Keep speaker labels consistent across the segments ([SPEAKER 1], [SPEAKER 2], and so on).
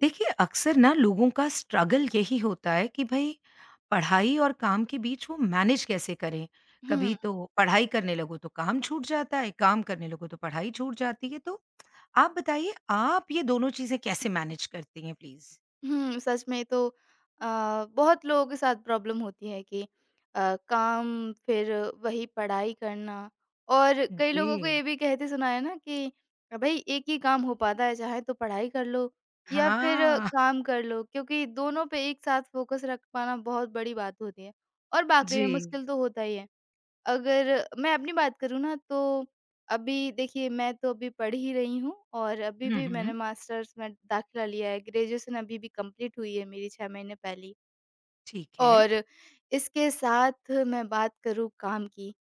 [SPEAKER 1] देखिए, अक्सर ना लोगों का स्ट्रगल यही होता है कि भई पढ़ाई और काम के बीच वो मैनेज कैसे करें? कभी
[SPEAKER 2] हुँ,
[SPEAKER 1] तो पढ़ाई करने लगो तो काम छूट जाता है, काम करने लगो तो पढ़ाई छूट जाती है। तो आप बताइए आप ये दोनों चीज़ें कैसे मैनेज करती हैं प्लीज़?
[SPEAKER 2] हुँ, सच में तो बहुत लोगों के साथ प्रॉब्लम होती है कि काम फिर वही पढ़ाई करना। और कई लोगों को
[SPEAKER 1] जी।
[SPEAKER 2] ये भी कहते सुना है ना कि भई एक ही काम हो पाता है, चाहे तो पढ़ाई कर लो या फिर
[SPEAKER 1] हाँ,
[SPEAKER 2] काम कर लो, क्योंकि दोनों पे एक साथ फ़ोकस रख पाना बहुत बड़ी बात होती है और वाक़ई में
[SPEAKER 1] जी।
[SPEAKER 2] मुश्किल तो होता ही है। अगर मैं अपनी बात करूँ ना, तो अभी देखिए, मैं तो अभी पढ़ ही रही हूँ और अभी
[SPEAKER 1] हुँ,
[SPEAKER 2] भी मैंने
[SPEAKER 1] हुँ।
[SPEAKER 2] मास्टर्स में दाखिला लिया है। ग्रेजुएशन अभी भी कंप्लीट हुई है मेरी, 6 महीने पहले ही।
[SPEAKER 1] ठीक है।
[SPEAKER 2] और इसके साथ मैं बात करूँ काम की,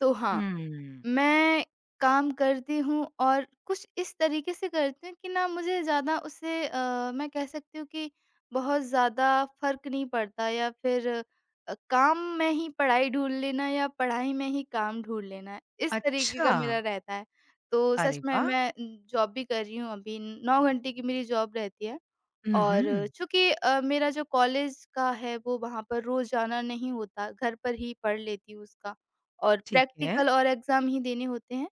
[SPEAKER 2] तो हाँ,
[SPEAKER 1] हुँ।
[SPEAKER 2] मैं काम करती हूँ और कुछ इस तरीके से करती हूँ कि ना मुझे ज़्यादा उससे, मैं कह सकती हूँ कि बहुत ज़्यादा फ़र्क नहीं पड़ता, या फिर काम में ही पढ़ाई ढूँढ लेना या पढ़ाई में ही काम ढूँढ लेना, इस तरीके
[SPEAKER 1] अच्छा!
[SPEAKER 2] का मेरा रहता है। तो सच
[SPEAKER 1] अरे
[SPEAKER 2] में
[SPEAKER 1] वाह!
[SPEAKER 2] मैं जॉब भी कर रही हूँ अभी। 9 घंटे की मेरी जॉब रहती है।
[SPEAKER 1] हुँ,
[SPEAKER 2] और
[SPEAKER 1] हुँ।
[SPEAKER 2] चूँकि मेरा जो कॉलेज का है वो वहाँ पर रोज़ जाना नहीं होता, घर पर ही पढ़ लेती हूँ उसका, और
[SPEAKER 1] ठीक है।
[SPEAKER 2] प्रैक्टिकल और एग्ज़ाम ही देने होते हैं।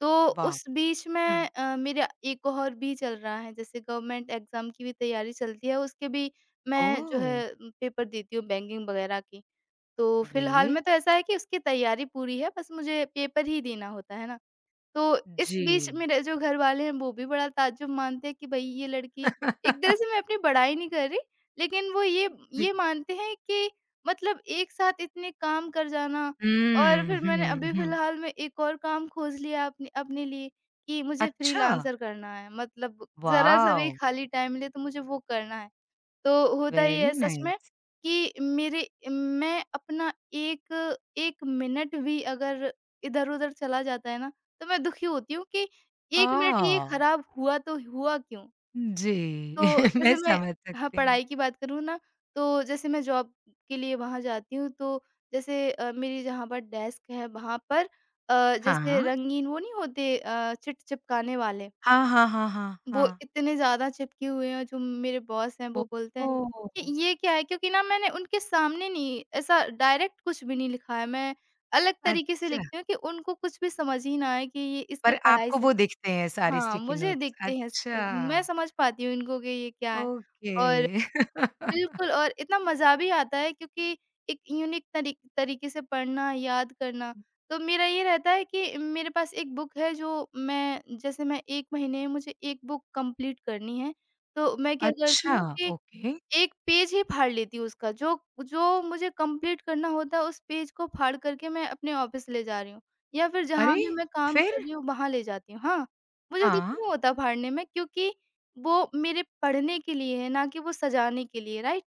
[SPEAKER 2] तो
[SPEAKER 1] वाह!
[SPEAKER 2] उस बीच में
[SPEAKER 1] हुँ।
[SPEAKER 2] मेरा एक और भी चल रहा है, जैसे गवर्नमेंट एग्ज़ाम की भी तैयारी चलती है, उसके भी मैं जो
[SPEAKER 1] ओह!
[SPEAKER 2] है पेपर देती हूँ बैंकिंग वगैरह की। तो फ़िलहाल
[SPEAKER 1] ग्रेट।
[SPEAKER 2] में तो ऐसा है कि उसकी तैयारी पूरी है, बस मुझे पेपर ही देना होता है ना। तो इस
[SPEAKER 1] जी।
[SPEAKER 2] बीच मेरे जो घरवाले हैं वो भी बड़ा ताज्जुब मानते हैं कि भई, ये लड़की, एक तरह से मैं अपनी बड़ाई नहीं कर रही, लेकिन वो ये मानते हैं कि मतलब एक साथ इतने काम कर जाना। और
[SPEAKER 1] हुँ,
[SPEAKER 2] फिर मैंने
[SPEAKER 1] हुँ,
[SPEAKER 2] अभी
[SPEAKER 1] हुँ।
[SPEAKER 2] फ़िलहाल में एक और काम खोज लिया अपने अपने लिए, कि मुझे
[SPEAKER 1] अच्छा!
[SPEAKER 2] फ्रीलांसर करना है। मतलब ज़रा-सा भी
[SPEAKER 1] वॉव!
[SPEAKER 2] खाली टाइम मिले तो मुझे वो करना है। तो होता ये
[SPEAKER 1] वेरी
[SPEAKER 2] है सच में,
[SPEAKER 1] नाइस।
[SPEAKER 2] कि मेरे मैं अपना 1 मिनट भी अगर इधर-उधर चला जाता है ना, तो मैं दुखी होती हूँ कि 1 मिनट ये
[SPEAKER 1] ओह!
[SPEAKER 2] खराब हुआ तो हुआ क्यों?
[SPEAKER 1] जी,
[SPEAKER 2] तो
[SPEAKER 1] मैं
[SPEAKER 2] जैसे मैं,
[SPEAKER 1] समझ
[SPEAKER 2] हाँ,
[SPEAKER 1] सकती हूँ।
[SPEAKER 2] पढ़ाई की बात करूँ ना, तो जैसे मैं जॉब के लिए वहाँ जाती हूँ, तो जैसे मेरी जहाँ पर डेस्क है, वहाँ पर जैसे
[SPEAKER 1] हाँ।
[SPEAKER 2] रंगीन वो नहीं होते, चिट चिपकाने वाले।
[SPEAKER 1] हाँ, हाँ, हाँ, हाँ,
[SPEAKER 2] वो
[SPEAKER 1] हाँ।
[SPEAKER 2] इतने ज़्यादा चिपके हुए हैं, जो मेरे बॉस हैं वो बोलते हैं कि
[SPEAKER 1] ओह!
[SPEAKER 2] ये क्या है? क्योंकि ना मैंने उनके सामने नहीं ऐसा डायरेक्ट कुछ भी नहीं लिखा है, मैं अलग तरीके से
[SPEAKER 1] अच्छा,
[SPEAKER 2] लिखती हूँ कि उनको कुछ भी समझ ही ना आए कि ये इसके
[SPEAKER 1] पर
[SPEAKER 2] पढ़ाई
[SPEAKER 1] आपको
[SPEAKER 2] से।
[SPEAKER 1] वो दिखते हैं सारे
[SPEAKER 2] हाँ,
[SPEAKER 1] स्टिकी
[SPEAKER 2] मुझे
[SPEAKER 1] नोट्स।
[SPEAKER 2] दिखते हैं। स
[SPEAKER 1] अच्छा,
[SPEAKER 2] मैं समझ पाती हूँ इनको कि ये क्या है।
[SPEAKER 1] ओके।
[SPEAKER 2] और बिल्कुल, और इतना मज़ा भी आता है, क्योंकि एक यूनिक तरीके से पढ़ना, याद करना। तो मेरा ये रहता है कि मेरे पास एक बुक है, जो मैं जैसे मैं 1 महीने में मुझे 1 बुक कंप्लीट करनी है, तो मैं क्या करती
[SPEAKER 1] अच्छा,
[SPEAKER 2] हूँ कि
[SPEAKER 1] ओके।
[SPEAKER 2] 1 पेज ही फाड़ लेती हूँ उसका, जो जो मुझे कंप्लीट करना होता है, उस पेज को फाड़ करके मैं अपने ऑफ़िस ले जा रही हूँ, या फिर जहाँ
[SPEAKER 1] अरे!
[SPEAKER 2] भी मैं काम कर
[SPEAKER 1] फिर?
[SPEAKER 2] रही हूँ वहाँ ले जाती हूँ। हाँ, मुझे दुःख
[SPEAKER 1] हाँ,
[SPEAKER 2] नहीं होता फाड़ने में, क्योंकि वो मेरे पढ़ने के लिए है, ना कि वो सजाने के लिए, राइट?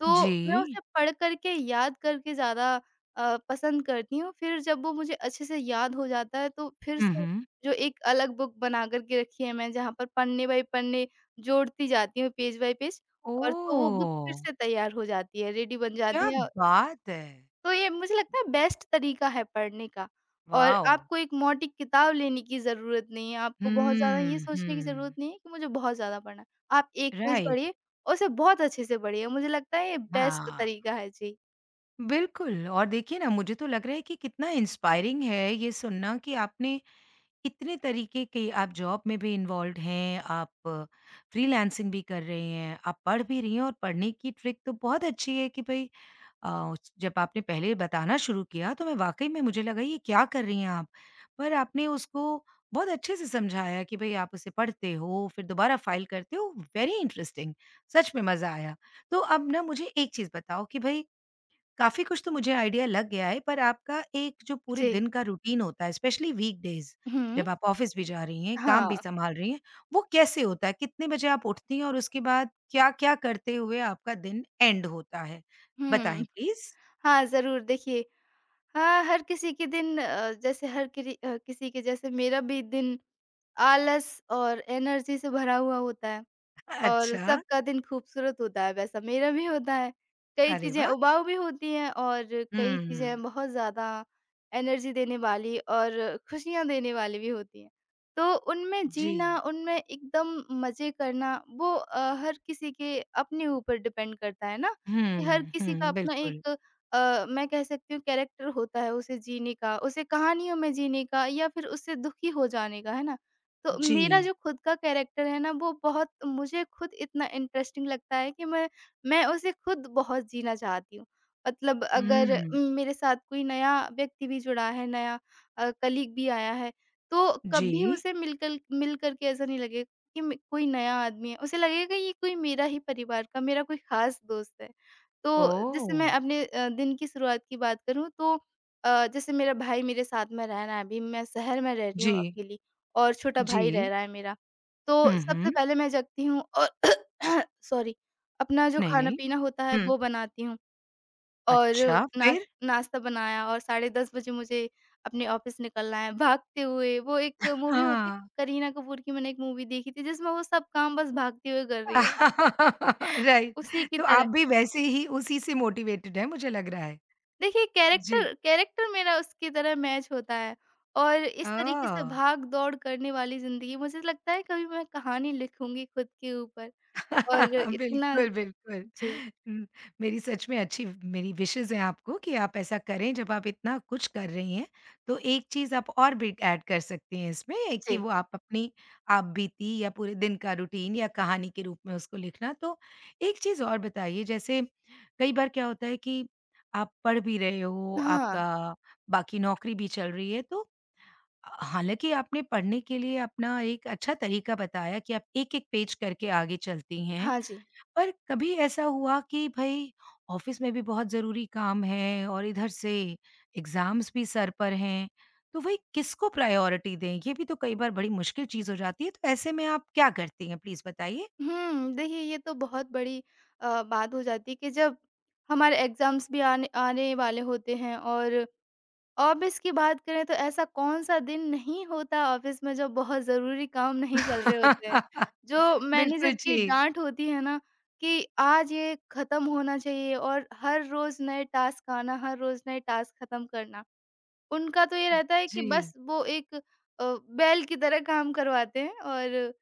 [SPEAKER 2] तो मैं
[SPEAKER 1] जी।
[SPEAKER 2] उसे पढ़ कर के, याद करके ज़्यादा पसंद करती हूँ। फिर जब वो मुझे अच्छे से याद हो जाता है, तो फिर
[SPEAKER 1] हुँ,
[SPEAKER 2] से
[SPEAKER 1] हुँ।
[SPEAKER 2] जो एक अलग बुक बना कर के रखी है, मैं जहाँ पर पन्ने बाई पन्ने जोड़ती जाती हूँ, पेज बाई पेज, और तो वो बुक फिर
[SPEAKER 1] ओह!
[SPEAKER 2] से तैयार हो जाती है, रेडी बन
[SPEAKER 1] क्या
[SPEAKER 2] जाती है।
[SPEAKER 1] बात है!
[SPEAKER 2] तो ये मुझे लगता है बेस्ट तरीका है पढ़ने का। और
[SPEAKER 1] वॉव!
[SPEAKER 2] आपको एक मोटी किताब लेने की ज़रूरत नहीं है, आपको बहुत ज़्यादा ये
[SPEAKER 1] हुँ,
[SPEAKER 2] सोचने की ज़रूरत
[SPEAKER 1] हुँ।
[SPEAKER 2] नहीं है कि मुझे बहुत ज़्यादा पढ़ना है। आप एक पेज
[SPEAKER 1] राइट,
[SPEAKER 2] पढ़िए और उसे बहुत अच्छे से पढ़िए, मुझे लगता है ये बेस्ट
[SPEAKER 1] हाँ,
[SPEAKER 2] तरीका है। जी,
[SPEAKER 1] बिल्कुल और देखिए ना मुझे तो लग रहा है कि कितना इंस्पायरिंग है ये सुनना कि आपने इतने तरीके के आप जॉब में भी इन्वॉल्व्ड हैं, आप फ्रीलांसिंग भी कर रही हैं, आप पढ़ भी रही हैं और पढ़ने की ट्रिक तो बहुत अच्छी है कि भई अ, जब आपने पहले बताना शुरू किया तो मैं वाक़ई में मुझे लगा ये क्या कर रही हैं आप? पर आपने उसको बहुत अच्छे से समझाया कि भई आप उसे पढ़ते हो, फिर दोबारा फ़ाइल करते हो, वेरी इंटरेस्टिंग सच में मज़ा आया। तो अब ना मुझे एक चीज़ बताओ कि भई काफ़ी कुछ तो मुझे आइडिया लग गया है पर आपका एक जो पूरे
[SPEAKER 2] जी।
[SPEAKER 1] दिन का रूटीन होता है स्पेशली वीकडेज़
[SPEAKER 2] हुँ,
[SPEAKER 1] जब आप ऑफ़िस भी जा रही हैं, काम भी
[SPEAKER 2] हाँ,
[SPEAKER 1] सँभाल रही हैं, वो कैसे होता है? कितने बजे आप उठती हैं और उसके बाद क्या-क्या करते हुए आपका दिन एंड होता है?
[SPEAKER 2] हुँ।
[SPEAKER 1] बताएँ प्लीज़।
[SPEAKER 2] हाँ, ज़रूर देखिए। हाँ, हर किसी के दिन, जैसे किसी के जैसे, मेरा भी दिन आलस और एनर्जी से भरा हुआ होता है। और
[SPEAKER 1] अच्छा,
[SPEAKER 2] सबका दिन खूबसूरत होता है, वैसा मेरा भी होता है। कई
[SPEAKER 1] अरे
[SPEAKER 2] चीज़ें
[SPEAKER 1] वाह!
[SPEAKER 2] उबाऊ भी होती हैं और
[SPEAKER 1] हुँ,
[SPEAKER 2] कई चीज़ें बहुत ज़्यादा एनर्जी देने वाली और खुशियाँ देने वाली भी होती हैं। तो उनमें जीना,
[SPEAKER 1] जी।
[SPEAKER 2] उनमें एकदम मज़े करना, वो हर किसी के अपने ऊपर डिपेंड करता है ना, कि हर
[SPEAKER 1] हुँ,
[SPEAKER 2] किसी का
[SPEAKER 1] हुँ,
[SPEAKER 2] अपना एक,
[SPEAKER 1] बिल्कुल।
[SPEAKER 2] मैं कह सकती हूँ, कैरेक्टर होता है, उसे जीने का, उसे कहानियों में जीने का, या फिर उससे दुखी हो जाने का, है ना? तो
[SPEAKER 1] जी।
[SPEAKER 2] मेरा जो खुद का कैरेक्टर है ना, वो बहुत मुझे खुद इतना इंटरेस्टिंग लगता है कि मैं उसे खुद बहुत जीना चाहती हूँ। मतलब अगर
[SPEAKER 1] हुँ,
[SPEAKER 2] मेरे साथ कोई नया व्यक्ति भी जुड़ा है, नया कलीग भी आया है, तो
[SPEAKER 1] जी।
[SPEAKER 2] कभी उसे मिल कर के ऐसा नहीं लगेगा कि म कोई नया आदमी है, उसे लगेगा ये कोई मेरा ही परिवार का, मेरा कोई ख़ास दोस्त है। तो जैसे
[SPEAKER 1] ओह!
[SPEAKER 2] मैं अपने दिन की शुरुआत की बात करूँ, तो जैसे मेरा भाई मेरे साथ में रह रहा है अभी, मैं शहर में रह रही हूँ
[SPEAKER 1] जी,
[SPEAKER 2] अकेली। और छोटा भाई रह
[SPEAKER 1] जी।
[SPEAKER 2] रहा है मेरा। तो
[SPEAKER 1] हुँ,
[SPEAKER 2] सबसे
[SPEAKER 1] हुँ।
[SPEAKER 2] पहले मैं जगती हूँ और सॉरी। अपना जो
[SPEAKER 1] नहीं, नहीं।
[SPEAKER 2] खाना-पीना होता है
[SPEAKER 1] हुँ,
[SPEAKER 2] वो बनाती हूँ, और
[SPEAKER 1] अच्छा
[SPEAKER 2] नाश
[SPEAKER 1] फिर?
[SPEAKER 2] नाश्ता बनाया, और साढ़े 10 बजे मुझे अपने ऑफ़िस निकलना है भागते हुए। वो एक मूवी होती है
[SPEAKER 1] हाँ।
[SPEAKER 2] करीना कपूर की, मैंने एक मूवी देखी थी जिसमें वो सब काम बस भागते हुए कर रही है,
[SPEAKER 1] राइट,
[SPEAKER 2] उसी की
[SPEAKER 1] तो आप
[SPEAKER 2] तरह।
[SPEAKER 1] भी वैसे ही उसी से मोटिवेटेड हैं मुझे लग रहा है।
[SPEAKER 2] देखिए,
[SPEAKER 1] जी।
[SPEAKER 2] कैरेक्टर कैरेक्टर मेरा उसकी तरह मैच होता है, और इस तरीके से
[SPEAKER 1] ओह!
[SPEAKER 2] भाग-दौड़ करने वाली ज़िंदगी, मुझे लगता है कभी मैं कहानी लिखूँगी खुद के ऊपर। और इतना।
[SPEAKER 1] बिल्कुल, बिल्कुल।
[SPEAKER 2] जी,
[SPEAKER 1] उम, मेरी सच में अच्छी मेरी विशेज़ हैं आपको कि आप ऐसा करें जब आप इतना कुछ कर रही हैं, तो एक चीज़ आप और भी ऐड कर सकती हैं इसमें एक कि
[SPEAKER 2] जी।
[SPEAKER 1] वो आप अपनी आप बीती या पूरे दिन का रूटीन या कहानी के रूप में उसको लिखना। तो एक चीज़ और बताइए जैसे कई बार क्या होता है कि आप पढ़ भी रहे हो,
[SPEAKER 2] हाँ,
[SPEAKER 1] आपका बाकी नौकरी भी चल रही है तो हालाँकि आपने पढ़ने के लिए अपना एक अच्छा तरीका बताया कि आप एक-एक पेज करके आगे चलती हैं।
[SPEAKER 2] हाँ जी।
[SPEAKER 1] पर कभी ऐसा हुआ कि भई ऑफ़िस में भी बहुत ज़रूरी काम है और इधर से एग्ज़ाम्स भी सर पर हैं, तो भई किसको प्रायोरिटी दें? ये भी तो कई बार बड़ी मुश्किल चीज़ हो जाती है, तो ऐसे में आप क्या करती हैं? प्लीज़ बताइए।
[SPEAKER 2] हुँ, देखिए ये तो बहुत बड़ी बात हो जाती है कि जब हमारे एग्ज़ाम्स भी आने आने वाले होते हैं, और ऑफ़िस की बात करें तो ऐसा कौन-सा दिन नहीं होता ऑफ़िस में जब बहुत ज़रूरी काम नहीं चल रहे होते हैं। जो
[SPEAKER 1] बिल्कुल,
[SPEAKER 2] मैनेजर की
[SPEAKER 1] जी।
[SPEAKER 2] डाँट होती है ना, कि आज ये ख़त्म होना चाहिए, और हर रोज़ नए टास्क आना, हर रोज़ नए टास्क ख़त्म करना। उनका तो ये रहता है कि बस
[SPEAKER 1] जी।
[SPEAKER 2] वो एक अ, बैल की तरह काम करवाते हैं, और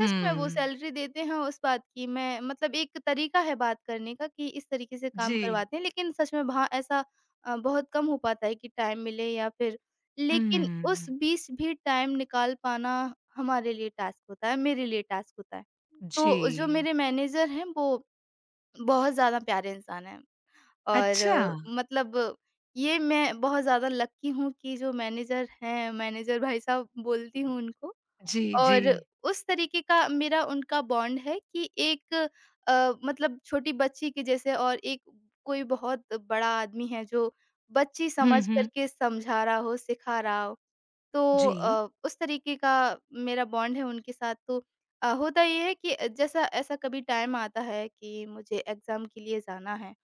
[SPEAKER 2] सच में वो सैलरी देते हैं उस बात की, मैं मतलब, एक तरीका है बात करने का कि इस तरीके से काम
[SPEAKER 1] जी।
[SPEAKER 2] करवाते हैं, लेकिन सच में वहाँ ऐसा बहुत कम हो पाता है कि टाइम मिले, या फिर लेकिन उस
[SPEAKER 1] हुँ।
[SPEAKER 2] बीच भी टाइम निकाल पाना हमारे लिए टास्क होता है, मेरे लिए टास्क होता है।
[SPEAKER 1] जी।
[SPEAKER 2] तो जो मेरे मैनेजर हैं, वो बहुत ज़्यादा प्यारे इंसान हैं। और
[SPEAKER 1] अच्छा।
[SPEAKER 2] मतलब, ये मैं बहुत ज़्यादा लकी हूँ कि जो मैनेजर हैं, मैनेजर भाई साहब बोलती हूँ उनको।
[SPEAKER 1] जी, जी।
[SPEAKER 2] और उस तरीके का मेरा उनका बॉन्ड है, कि एक मतलब छोटी बच्ची के जैसे, और एक कोई बहुत बड़ा आदमी है जो बच्ची
[SPEAKER 1] हुँ,
[SPEAKER 2] समझ
[SPEAKER 1] हुँ।
[SPEAKER 2] करके समझा रहा हो, सिखा रहा हो। तो
[SPEAKER 1] जी।
[SPEAKER 2] उस तरीके का मेरा बॉन्ड है उनके साथ। तो होता ये है कि जैसा ऐसा कभी टाइम आता है कि मुझे एग्ज़ाम के लिए जाना है,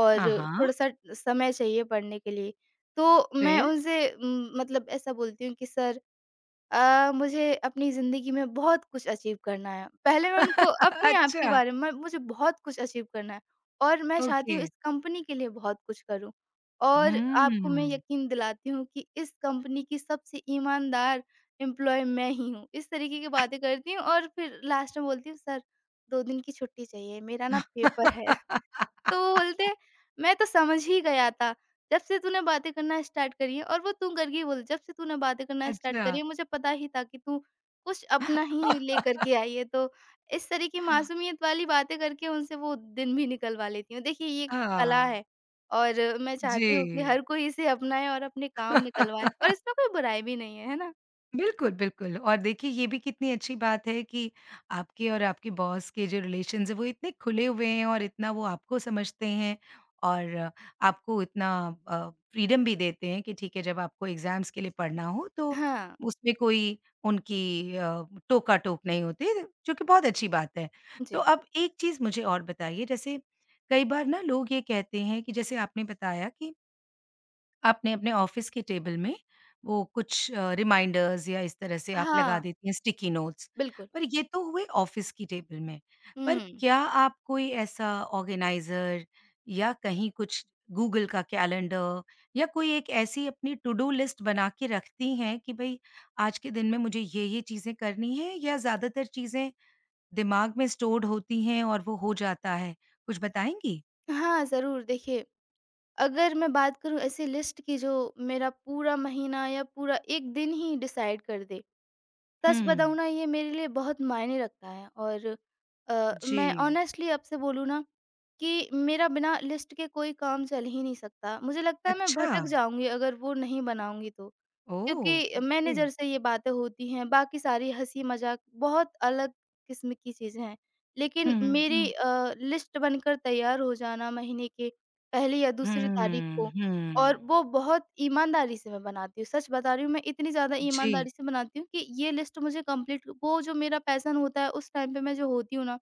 [SPEAKER 2] और
[SPEAKER 1] हाँ, हाँ।
[SPEAKER 2] थोड़ा-सा समय चाहिए पढ़ने के लिए, तो मैं
[SPEAKER 1] फिर?
[SPEAKER 2] उनसे मतलब ऐसा बोलती हूँ कि सर, मुझे अपनी ज़िंदगी में बहुत कुछ अचीव करना है। पहले मैं उनको अपने आप के
[SPEAKER 1] अच्छा,
[SPEAKER 2] बारे में, मुझे बहुत कुछ अचीव करना है, और मैं चाहती
[SPEAKER 1] ओके।
[SPEAKER 2] हूँ इस कंपनी के लिए बहुत कुछ करूँ। और आपको मैं
[SPEAKER 1] हुँ।
[SPEAKER 2] यकीन दिलाती हूँ कि इस कंपनी की सबसे ईमानदार एम्प्लॉयी मैं ही हूँ। इस तरीके की बातें करती हूँ, और फिर लास्ट में बोलती हूँ, सर, 2 दिन की छुट्टी चाहिए, मेरा ना पेपर है। तो वो बोलते, मैं तो समझ ही गया था, जब से तूने बातें करना स्टार्ट करी है, और वो तू करके बोले, जब से तूने बातें करना स्टार्ट
[SPEAKER 1] अच्छा।
[SPEAKER 2] करी है, मुझे पता ही था कि तू कुछ अपना ही लेकर के आई है। तो इस तरह की मासूमियत वाली बातें करके उनसे वो दिन भी निकलवा लेती हूँ। देखिए, ये कला
[SPEAKER 1] हाँ,
[SPEAKER 2] है, और मैं
[SPEAKER 1] जी।
[SPEAKER 2] चाहती हूँ कि हर कोई इसे अपनाए और अपने काम निकलवाए, और इसमें कोई बुराई भी नहीं है, है ना?
[SPEAKER 1] बिल्कुल, बिल्कुल और देखिए ये भी कितनी अच्छी बात है कि आपके और आपके बॉस के जो रिलेशन्स हैं वो इतने खुले हुए हैं और इतना वो आपको समझते हैं और आपको इतना फ्रीडम भी देते हैं कि ठीक है जब आपको एग्ज़ाम्स के लिए पढ़ना हो तो
[SPEAKER 2] हाँ,
[SPEAKER 1] उसमें कोई उनकी टोका-टोप नहीं होती, जो कि बहुत अच्छी बात है। तो
[SPEAKER 2] जी।
[SPEAKER 1] अब एक चीज़ मुझे और बताइए जैसे कई बार ना लोग ये कहते हैं कि जैसे आपने बताया कि आपने अपने ऑफिस के टेबल में वो कुछ रिमाइंडर्स या इस तरह से आप लगा
[SPEAKER 2] हाँ,
[SPEAKER 1] देती हैं स्टिकी नोट्स।
[SPEAKER 2] बिल्कुल।
[SPEAKER 1] पर ये तो हुए ऑफिस की टेबल में, पर
[SPEAKER 2] हुँ।
[SPEAKER 1] क्या आप कोई ऐसा ऑर्गेनाइज़र या कहीं कुछ गूगल का कैलेंडर या कोई एक ऐसी अपनी टू डू लिस्ट बना के रखती हैं कि भई आज के दिन में मुझे ये-ये चीज़ें करनी हैं या ज़्यादातर चीज़ें दिमाग में स्टोर्ड होती हैं और वो हो जाता है? कुछ बताएँगी?
[SPEAKER 2] हाँ, ज़रूर देखिए, अगर मैं बात करूँ ऐसी लिस्ट की जो मेरा पूरा महीना या पूरा 1 दिन ही डिसाइड कर दे, सच बताऊँ
[SPEAKER 1] हुँ।
[SPEAKER 2] ना ये मेरे लिए बहुत मायने रखता है। और
[SPEAKER 1] जी।
[SPEAKER 2] मैं ऑनेस्टली आपसे बोलूँ ना कि मेरा बिना लिस्ट के कोई काम चल ही नहीं सकता। मुझे लगता है मैं
[SPEAKER 1] अच्छा।
[SPEAKER 2] भटक जाऊँगी अगर वो नहीं बनाऊँगी तो।
[SPEAKER 1] ओह!
[SPEAKER 2] क्योंकि
[SPEAKER 1] ओके।
[SPEAKER 2] मैनेजर से ये बातें होती हैं, बाकी सारी हँसी-मज़ाक बहुत अलग किस्म की चीज़ें हैं। लेकिन
[SPEAKER 1] हुँ,
[SPEAKER 2] मेरी
[SPEAKER 1] हुँ,
[SPEAKER 2] लिस्ट बनकर तैयार हो जाना महीने के पहली या दूसरी तारीख
[SPEAKER 1] हुँ,
[SPEAKER 2] को, और
[SPEAKER 1] हुँ।
[SPEAKER 2] वो बहुत ईमानदारी से मैं बनाती हूँ। सच बता रही हूँ, मैं इतनी ज़्यादा
[SPEAKER 1] जी,
[SPEAKER 2] ईमानदारी से बनाती हूँ कि ये लिस्ट मुझे कंप्लीट, वो जो मेरा पैशन होता है, उस टाइम पे मैं जो होती हूँ ना,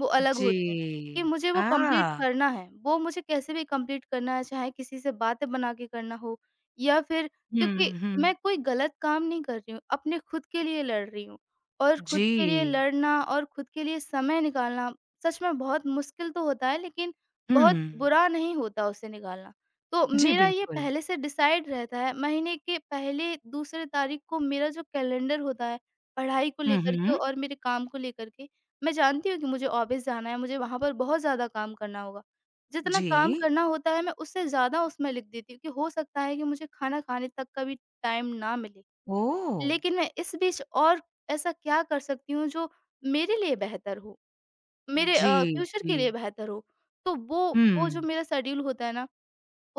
[SPEAKER 2] वो अलग
[SPEAKER 1] जी।
[SPEAKER 2] होती हूँ कि मुझे वो कंप्लीट
[SPEAKER 1] आ!
[SPEAKER 2] करना है। वो मुझे कैसे भी कंप्लीट करना है, चाहे किसी से बातें बना के करना हो या फिर, क्योंकि
[SPEAKER 1] हुँ,
[SPEAKER 2] मैं
[SPEAKER 1] हुँ।
[SPEAKER 2] कोई गलत काम नहीं कर रही हूँ, अपने खुद के लिए लड़ रही हूँ, और खुद के लिए
[SPEAKER 1] जी।
[SPEAKER 2] लड़ना और खुद के लिए समय निकालना सच में बहुत मुश्किल तो होता है, लेकिन
[SPEAKER 1] हुँ।
[SPEAKER 2] बहुत बुरा नहीं होता उसे निकालना। तो
[SPEAKER 1] जी,
[SPEAKER 2] मेरा ये
[SPEAKER 1] बिल्कुल।
[SPEAKER 2] पहले से डिसाइड रहता है, महीने के पहले दूसरे तारीख को मेरा जो कैलेंडर होता है, पढ़ाई को
[SPEAKER 1] हुँ,
[SPEAKER 2] लेकर के
[SPEAKER 1] हुँ।
[SPEAKER 2] और मेरे काम को लेकर के, मैं जानती हूँ कि मुझे ऑफ़िस जाना है, मुझे वहाँ पर बहुत ज़्यादा काम करना होगा। जितना
[SPEAKER 1] जी।
[SPEAKER 2] काम करना होता है मैं उससे ज़्यादा उसमें लिख देती हूँ कि हो सकता है कि मुझे खाना खाने तक का भी टाइम ना मिले।
[SPEAKER 1] ओह!
[SPEAKER 2] लेकिन मैं इस बीच और ऐसा क्या कर सकती हूँ जो मेरे लिए बेहतर हो, मेरे
[SPEAKER 1] जी,
[SPEAKER 2] फ्यूचर के
[SPEAKER 1] जी।
[SPEAKER 2] लिए बेहतर हो। तो वो जो
[SPEAKER 1] हुँ,
[SPEAKER 2] मेरा शेड्यूल होता है ना,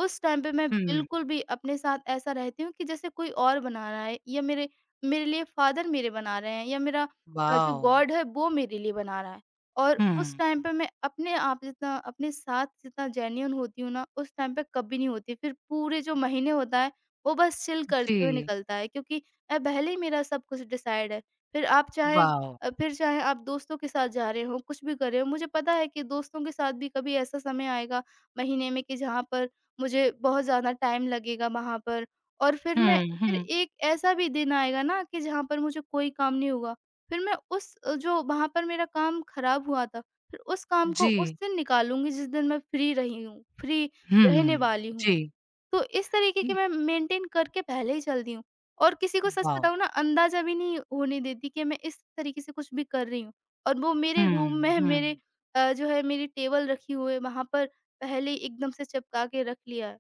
[SPEAKER 2] उस टाइम पे मैं
[SPEAKER 1] हुँ।
[SPEAKER 2] बिल्कुल भी अपने साथ ऐसा रहती हूँ कि जैसे कोई और बना रहा है, या मेरे मेरे लिए फ़ादर मेरे बना रहे हैं, या मेरा जो
[SPEAKER 1] वॉव!
[SPEAKER 2] गॉड है वो मेरे लिए बना रहा है। और उस
[SPEAKER 1] हुँ।
[SPEAKER 2] टाइम पे मैं अपने आप जितना अपने साथ जितना जेन्युइन होती हूँ ना, उस टाइम पे कभी नहीं होती। फिर पूरे जो महीने होता है, वो बस चिल करते हुए
[SPEAKER 1] जी,
[SPEAKER 2] निकलता है, क्योंकि पहले ही मेरा सब कुछ डिसाइड है। फिर आप चाहे
[SPEAKER 1] वॉव!
[SPEAKER 2] फिर चाहे आप दोस्तों के साथ जा रहे हो, कुछ भी कर रहे हो, मुझे पता है कि दोस्तों के साथ भी कभी ऐसा समय आएगा महीने में कि जहाँ पर मुझे बहुत ज़्यादा टाइम लगेगा वहाँ पर। और
[SPEAKER 1] हुँ,
[SPEAKER 2] फिर
[SPEAKER 1] हुँ।
[SPEAKER 2] एक ऐसा भी दिन आएगा ना कि जहाँ पर मुझे कोई काम नहीं होगा। फिर मैं जो वहाँ पर मेरा काम खराब हुआ था, फिर उस काम को उस
[SPEAKER 1] जी।
[SPEAKER 2] दिन निकालूँगी जिस दिन मैं फ्री रही हूँ, फ्री रहने
[SPEAKER 1] हुँ।
[SPEAKER 2] वाली हूँ।
[SPEAKER 1] जी।
[SPEAKER 2] तो इस तरीके के
[SPEAKER 1] इ
[SPEAKER 2] मैं मेंटेन करके पहले ही चलती हूँ, और किसी को सच
[SPEAKER 1] वॉव!
[SPEAKER 2] बताऊँ ना अंदाज़ा भी नहीं होने देती कि मैं इस तरीके से कुछ भी कर रही हूँ। और वो मेरे रूम में
[SPEAKER 1] हुँ,
[SPEAKER 2] है,
[SPEAKER 1] हुँ।
[SPEAKER 2] जो है मेरी टेबल रखी हुई है वहाँ पर, पहले ही एकदम से चिपका के रख लिया है।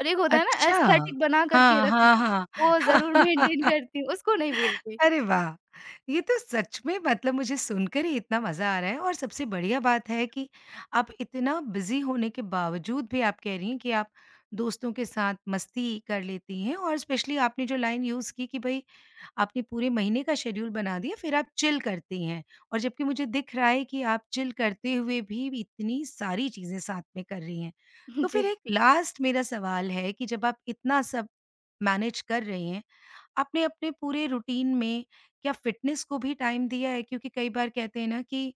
[SPEAKER 2] और एक होता है ना
[SPEAKER 1] अच्छा!
[SPEAKER 2] एस्थेटिक बना करके
[SPEAKER 1] हाँ,
[SPEAKER 2] रखना,
[SPEAKER 1] हाँ,
[SPEAKER 2] वो
[SPEAKER 1] हाँ।
[SPEAKER 2] ज़रूर मेंटेन करती हूँ, उसको नहीं भूलती।
[SPEAKER 1] अरे वाह! ये तो सच में मतलब मुझे सुनकर ही इतना मज़ा आ रहा है और सबसे बढ़िया बात है कि आप इतना बिज़ी होने के बावजूद भी आप कह रही हैं कि आप दोस्तों के साथ मस्ती कर लेती हैं और स्पेशली आपने जो लाइन यूज़ की कि भई आपने पूरे महीने का शेड्यूल बना दिया फिर आप चिल करती हैं और जबकि मुझे दिख रहा है कि आप चिल करते हुए भी इतनी सारी चीज़ें साथ में कर रही हैं। तो
[SPEAKER 2] जी,
[SPEAKER 1] फिर एक लास्ट मेरा सवाल है कि जब आप इतना सब मैनेज कर रही हैं आपने अपने पूरे रूटीन में क्या फिटनेस को भी टाइम दिया है? क्योंकि कई बार कहते हैं ना कि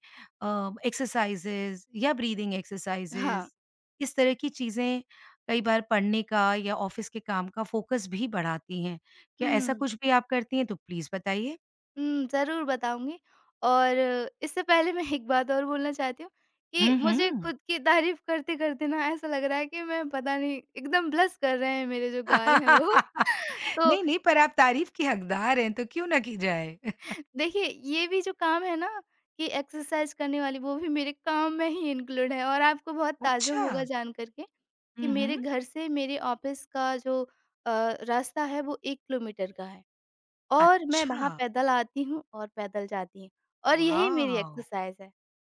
[SPEAKER 1] एक्सरसाइज़ेज़ या ब्रीदिंग
[SPEAKER 2] हाँ।
[SPEAKER 1] एक्सरसाइज़ेज़ इस तरह की चीज़ें कई बार पढ़ने का या ऑफ़िस के काम का फ़ोकस भी बढ़ाती हैं। क्या ऐसा
[SPEAKER 2] हुँ।
[SPEAKER 1] कुछ भी आप करती हैं? तो प्लीज़ बताइए।
[SPEAKER 2] ज़रूर बताऊँगी। और इससे पहले मैं एक बात और बोलना चाहती हूँ कि
[SPEAKER 1] हुँ,
[SPEAKER 2] मुझे
[SPEAKER 1] हुँ।
[SPEAKER 2] खुद की तारीफ़ करते-करते ना ऐसा लग रहा है कि मैं पता नहीं, एकदम ब्लश कर रहे हैं मेरे जो गाल हैं वो।
[SPEAKER 1] नहीं,
[SPEAKER 2] तो
[SPEAKER 1] नहीं पर आप तारीफ़ की हकदार हैं तो क्यों ना की जाए?
[SPEAKER 2] देखिए, ये भी जो काम है ना कि एक्सरसाइज़ करने वाली वो भी मेरे काम में ही इंक्लूड है, और आपको बहुत ताज्जुब
[SPEAKER 1] अच्छा।
[SPEAKER 2] होगा जान कर के कि
[SPEAKER 1] हुँ,
[SPEAKER 2] मेरे
[SPEAKER 1] हुँ।
[SPEAKER 2] घर से मेरे ऑफ़िस का जो अ, रास्ता है वो 1 किलोमीटर का है। और मैं
[SPEAKER 1] अच्छा।
[SPEAKER 2] वहाँ पैदल आती हूँ और पैदल जाती हूँ, और यही मेरी
[SPEAKER 1] वॉव!
[SPEAKER 2] एक्सरसाइज़ है।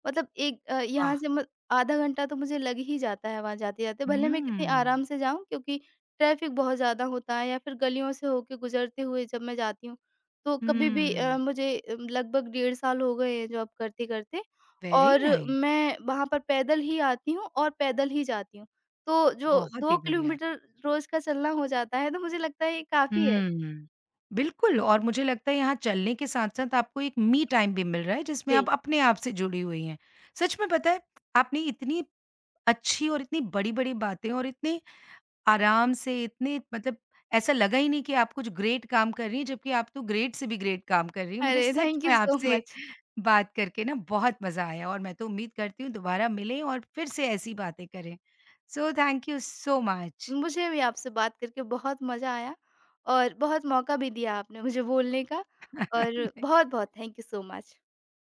[SPEAKER 2] मतलब एक अ, यहाँ
[SPEAKER 1] वाह!
[SPEAKER 2] से म आधा घंटा तो मुझे लग ही जाता है वहाँ जाते-जाते, भले मैं कितनी
[SPEAKER 1] हुँ।
[SPEAKER 2] आराम से जाऊँ, क्योंकि ट्रैफ़िक बहुत ज़्यादा होता है, या फिर गलियों से होके गुज़रते हुए जब मैं जाती हूँ। तो कभी भी अ,
[SPEAKER 1] हुँ।
[SPEAKER 2] मुझे अ, लगभग 1.5 साल हो गए हैं जॉब करते-करते,
[SPEAKER 1] वेरी
[SPEAKER 2] और
[SPEAKER 1] नाइस,
[SPEAKER 2] मैं वहाँ पर पैदल ही आती हूँ और पैदल ही जाती हूँ। तो जो
[SPEAKER 1] बहुत
[SPEAKER 2] 2
[SPEAKER 1] ही बढ़िया।
[SPEAKER 2] किलोमीटर रोज़ का चलना हो जाता है, तो मुझे लगता है ये काफ़ी है।
[SPEAKER 1] हुँ, बिल्कुल और मुझे लगता है यहाँ चलने के साथ-साथ आपको एक मी टाइम भी मिल रहा है जिसमें
[SPEAKER 2] जी।
[SPEAKER 1] आप अपने आप से जुड़ी हुई हैं। सच में पता है आपने इतनी अच्छी और इतनी बड़ी-बड़ी बातें और इतने आराम से इतने मतलब ऐसा लगा ही नहीं कि आप कुछ ग्रेट काम कर रही हैं जबकि आप तो ग्रेट से भी ग्रेट काम कर रही हैं। मुझे
[SPEAKER 2] अरे!
[SPEAKER 1] सच
[SPEAKER 2] थैंक
[SPEAKER 1] में
[SPEAKER 2] यू सो
[SPEAKER 1] आपसे
[SPEAKER 2] मच।
[SPEAKER 1] बात करके ना बहुत मज़ा आया और मैं तो उम्मीद करती हूँ दोबारा मिलें और फिर से ऐसी बातें करें। So thank you so much.
[SPEAKER 2] मुझे भी आपसे बात करके बहुत मज़ा आया, और बहुत मौका भी दिया आपने मुझे बोलने का, और बहुत-बहुत थैंक यू सो मच।